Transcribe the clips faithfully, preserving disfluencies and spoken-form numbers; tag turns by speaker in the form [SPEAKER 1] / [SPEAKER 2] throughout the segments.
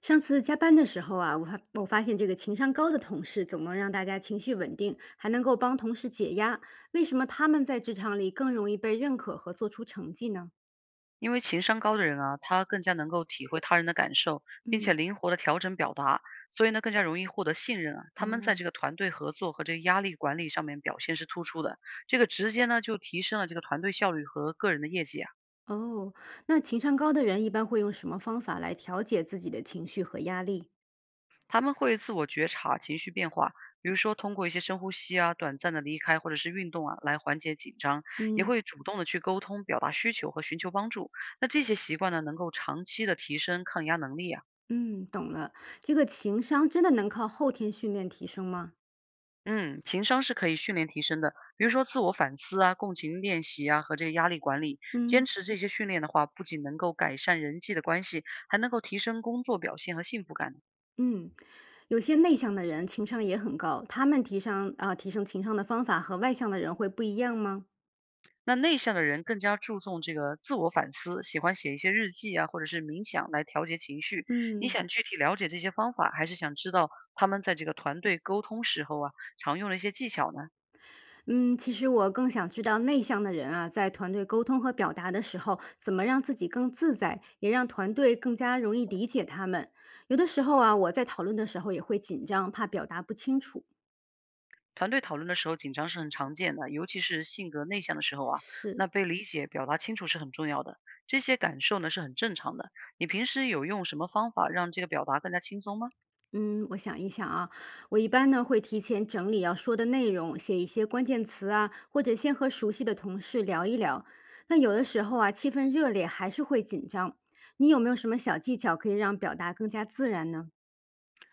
[SPEAKER 1] 上次加班的时候啊，我发我发现这个情商高的同事总能让大家情绪稳定，还能够帮同事解压。为什么他们在职场里更容易被认可和做出成绩呢？
[SPEAKER 2] 因为情商高的人啊，他更加能够体会他人的感受，并且
[SPEAKER 1] 嗯。
[SPEAKER 2] 灵活的调整表达，所以呢，更加容易获得信任啊。他们在
[SPEAKER 1] 哦。
[SPEAKER 2] 这个团队合作和这个压力管理上面表现是突出的，这个直接呢就提升了这个团队效率和个人的业绩啊。
[SPEAKER 1] 哦。那情商高的人一般会用什么方法来调节自己的情绪和压力？
[SPEAKER 2] 他们会自我觉察情绪变化，比如说通过一些深呼吸啊、短暂的离开或者是运动啊来缓解紧张，也
[SPEAKER 1] 嗯。
[SPEAKER 2] 会主动的去沟通、表达需求和寻求帮助。那这些习惯呢，能够长期的提升抗压能力啊。
[SPEAKER 1] 嗯，懂了。这个情商真的能靠后天训练提升吗？
[SPEAKER 2] 嗯，情商是可以训练提升的，比如说自我反思啊、共情练习啊和这个压力管理。坚
[SPEAKER 1] 嗯。
[SPEAKER 2] 持这些训练的话，不仅能够改善人际的关系，还能够提升工作表现和幸福感。
[SPEAKER 1] 嗯，有些内向的人情商也很高，他们提升啊、提升情商的方法和外向的人会不一样吗？
[SPEAKER 2] 那内向的人更加注重这个自我反思，喜欢写一些日记啊，或者是冥想来调节情绪。你
[SPEAKER 1] 嗯。
[SPEAKER 2] 想具体了解这些方法，还是想知道他们在这个团队沟通时候啊常用的一些技巧呢？
[SPEAKER 1] 嗯，其实我更想知道内向的人啊，在团队沟通和表达的时候，怎么让自己更自在，也让团队更加容易理解他们。有的时候啊，我在讨论的时候也会紧张，怕表达不清楚。
[SPEAKER 2] 团队讨论的时候，紧张是很常见的，尤其是性格内向的时候啊，
[SPEAKER 1] 是。
[SPEAKER 2] 那被理解、表达清楚是很重要的。这些感受呢是很正常的。你平时有用什么方法让这个表达更加轻松吗？
[SPEAKER 1] 嗯，我想一想啊，我一般呢会提前整理要说的内容，写一些关键词啊，或者先和熟悉的同事聊一聊。那有的时候啊，气氛热烈还是会紧张。你有没有什么小技巧可以让表达更加自然呢？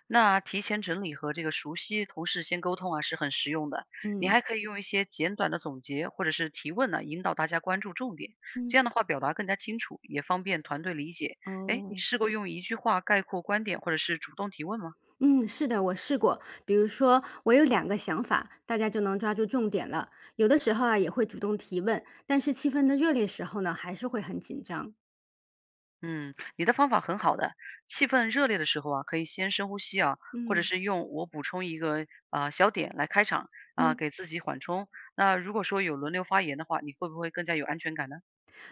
[SPEAKER 2] 那提前整理和这个熟悉同事先沟通啊是很实用的。你
[SPEAKER 1] 嗯。
[SPEAKER 2] 还可以用一些简短的总结或者是提问呢、引导大家关注重点。这
[SPEAKER 1] 嗯。
[SPEAKER 2] 样的话表达更加清楚，也方便团队理解。哎，你
[SPEAKER 1] 哦。
[SPEAKER 2] 试过用一句话概括观点或者是主动提问吗？
[SPEAKER 1] 嗯，是的，我试过。比如说，我有两个想法，大家就能抓住重点了。有的时候啊，也会主动提问，但是气氛的热烈时候呢，还是会很紧张。
[SPEAKER 2] 嗯，你的方法很好的。气氛热烈的时候啊，可以先深呼吸啊，或者
[SPEAKER 1] 嗯。
[SPEAKER 2] 是用我补充一个啊小点来开场啊，
[SPEAKER 1] 嗯。
[SPEAKER 2] 给自己缓冲。那如果说有轮流发言的话，你会不会更加有安全感呢？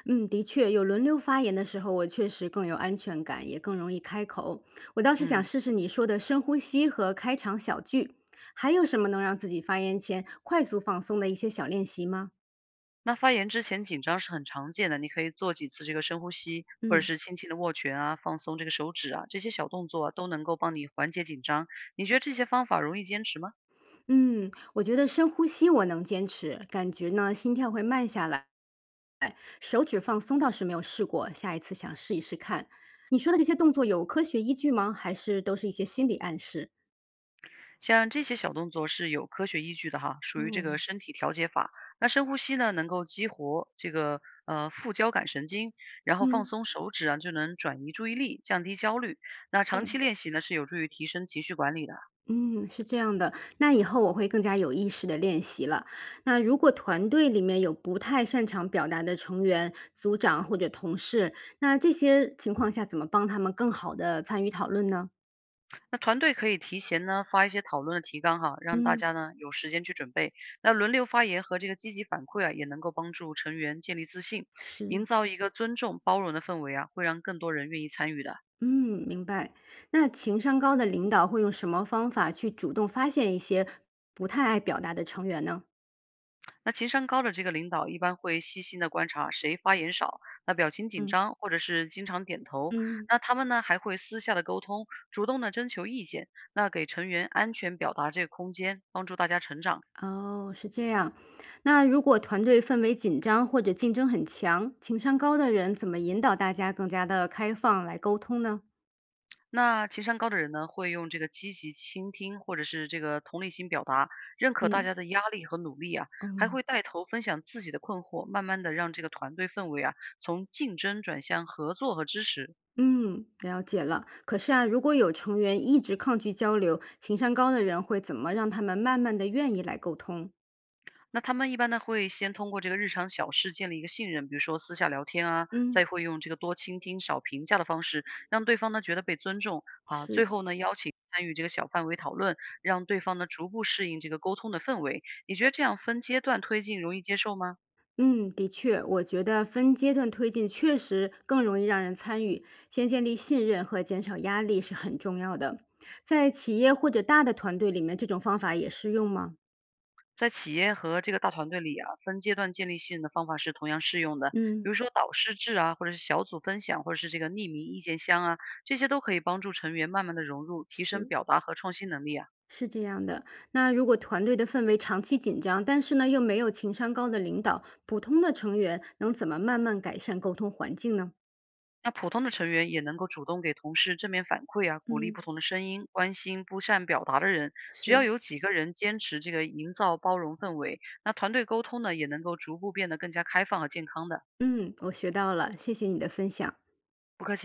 [SPEAKER 1] 嗯，的确，有轮流发言的时候，我确实更有安全感，也更容易开口。我倒是想
[SPEAKER 2] 嗯，
[SPEAKER 1] 试试你说的深呼吸和开场小句，还有什么能让自己发言前快速放松的一些小练习吗？
[SPEAKER 2] 那发言之前紧张是很常见的，你可以做几次这个深呼吸，或者
[SPEAKER 1] 嗯。
[SPEAKER 2] 是轻轻的握拳啊，放松这个手指啊，这些小动作啊都能够帮你缓解紧张。你觉得这些方法容易坚持吗？
[SPEAKER 1] 嗯，我觉得深呼吸我能坚持，感觉呢心跳会慢下来。手指放松倒是没有试过，下一次想试一试看。你说的这些动作有科学依据吗？还是都是一些心理暗示？
[SPEAKER 2] 像这些小动作是有科学依据的哈，属于这个
[SPEAKER 1] 哦。
[SPEAKER 2] 身体调节法。那深呼吸呢，能够激活这个呃副交感神经，然后放
[SPEAKER 1] 嗯。
[SPEAKER 2] 松手指啊，就能转移注意力，降低焦虑。那
[SPEAKER 1] 对
[SPEAKER 2] 长期
[SPEAKER 1] 呀，
[SPEAKER 2] 练习呢，是有助于提升情绪管理的。
[SPEAKER 1] 嗯，是这样的，那以后我会更加有意识的练习了。那如果团队里面有不太擅长表达的成员、组长或者同事，那这些情况下怎么帮他们更好的参与讨论呢？
[SPEAKER 2] 那团队可以提前呢发一些讨论的提纲哈，让大
[SPEAKER 1] 嗯，
[SPEAKER 2] 家呢有时间去准备。那轮流发言和这个积极反馈啊，也能够帮助成员建立自信，营
[SPEAKER 1] 是。
[SPEAKER 2] 造一个尊重包容的氛围啊，会让更多人愿意参与的。
[SPEAKER 1] 嗯，明白。那情商高的领导会用什么方法去主动发现一些不太爱表达的成员呢？
[SPEAKER 2] 那情商高的这个领导一般会细心的观察谁发言少，那表情紧
[SPEAKER 1] 嗯。
[SPEAKER 2] 张或者是经常点头。
[SPEAKER 1] 嗯。
[SPEAKER 2] 那他们呢还会私下的沟通，主动的征求意见，那给成员安全表达这个空间，帮助大家成长。
[SPEAKER 1] 哦，是这样。那如果团队氛围紧张或者竞争很强，情商高的人怎么引导大家更加的开放来沟通呢？
[SPEAKER 2] 那情商高的人呢，会用这个积极倾听或者是这个同理心表达，认可大
[SPEAKER 1] 嗯。
[SPEAKER 2] 家的压力和努力啊，还
[SPEAKER 1] 嗯。
[SPEAKER 2] 会带头分享自己的困惑，慢慢的让这个团队氛围啊从竞争转向合作和支持。
[SPEAKER 1] 嗯，了解了。可是啊，如果有成员一直抗拒交流，情商高的人会怎么让他们慢慢的愿意来沟通？
[SPEAKER 2] 那他们一般呢会先通过这个日常小事建立一个信任，比如说私下聊天啊，再
[SPEAKER 1] 嗯，
[SPEAKER 2] 会用这个多倾听、少评价的方式，让对方呢觉得被尊重啊。最
[SPEAKER 1] 是。
[SPEAKER 2] 后呢邀请参与这个小范围讨论，让对方呢逐步适应这个沟通的氛围。你觉得这样分阶段推进容易接受吗？
[SPEAKER 1] 嗯，的确，我觉得分阶段推进确实更容易让人参与，先建立信任和减少压力是很重要的。在企业或者大的团队里面，这种方法也适用吗？
[SPEAKER 2] 在企业和这个大团队里啊，分阶段建立信任的方法是同样适用的，比如
[SPEAKER 1] 嗯，
[SPEAKER 2] 说导师制啊，或者是小组分享，或者是这个匿名意见箱啊，这些都可以帮助成员慢慢的融入，提升
[SPEAKER 1] 是
[SPEAKER 2] 表达和创新能力啊。
[SPEAKER 1] 是这样的。那如果团队的氛围长期紧张，但是呢又没有情商高的领导，普通的成员能怎么慢慢改善沟通环境呢？
[SPEAKER 2] 那普通的成员也能够主动给同事正面反馈啊，鼓励
[SPEAKER 1] 嗯，
[SPEAKER 2] 不同的声音，关心不善表达的人。只要
[SPEAKER 1] 是。
[SPEAKER 2] 有几个人坚持这个营造包容氛围，那团队沟通呢也能够逐步变得更加开放和健康的。
[SPEAKER 1] 嗯，我学到了，谢谢你的分享。
[SPEAKER 2] 不客气。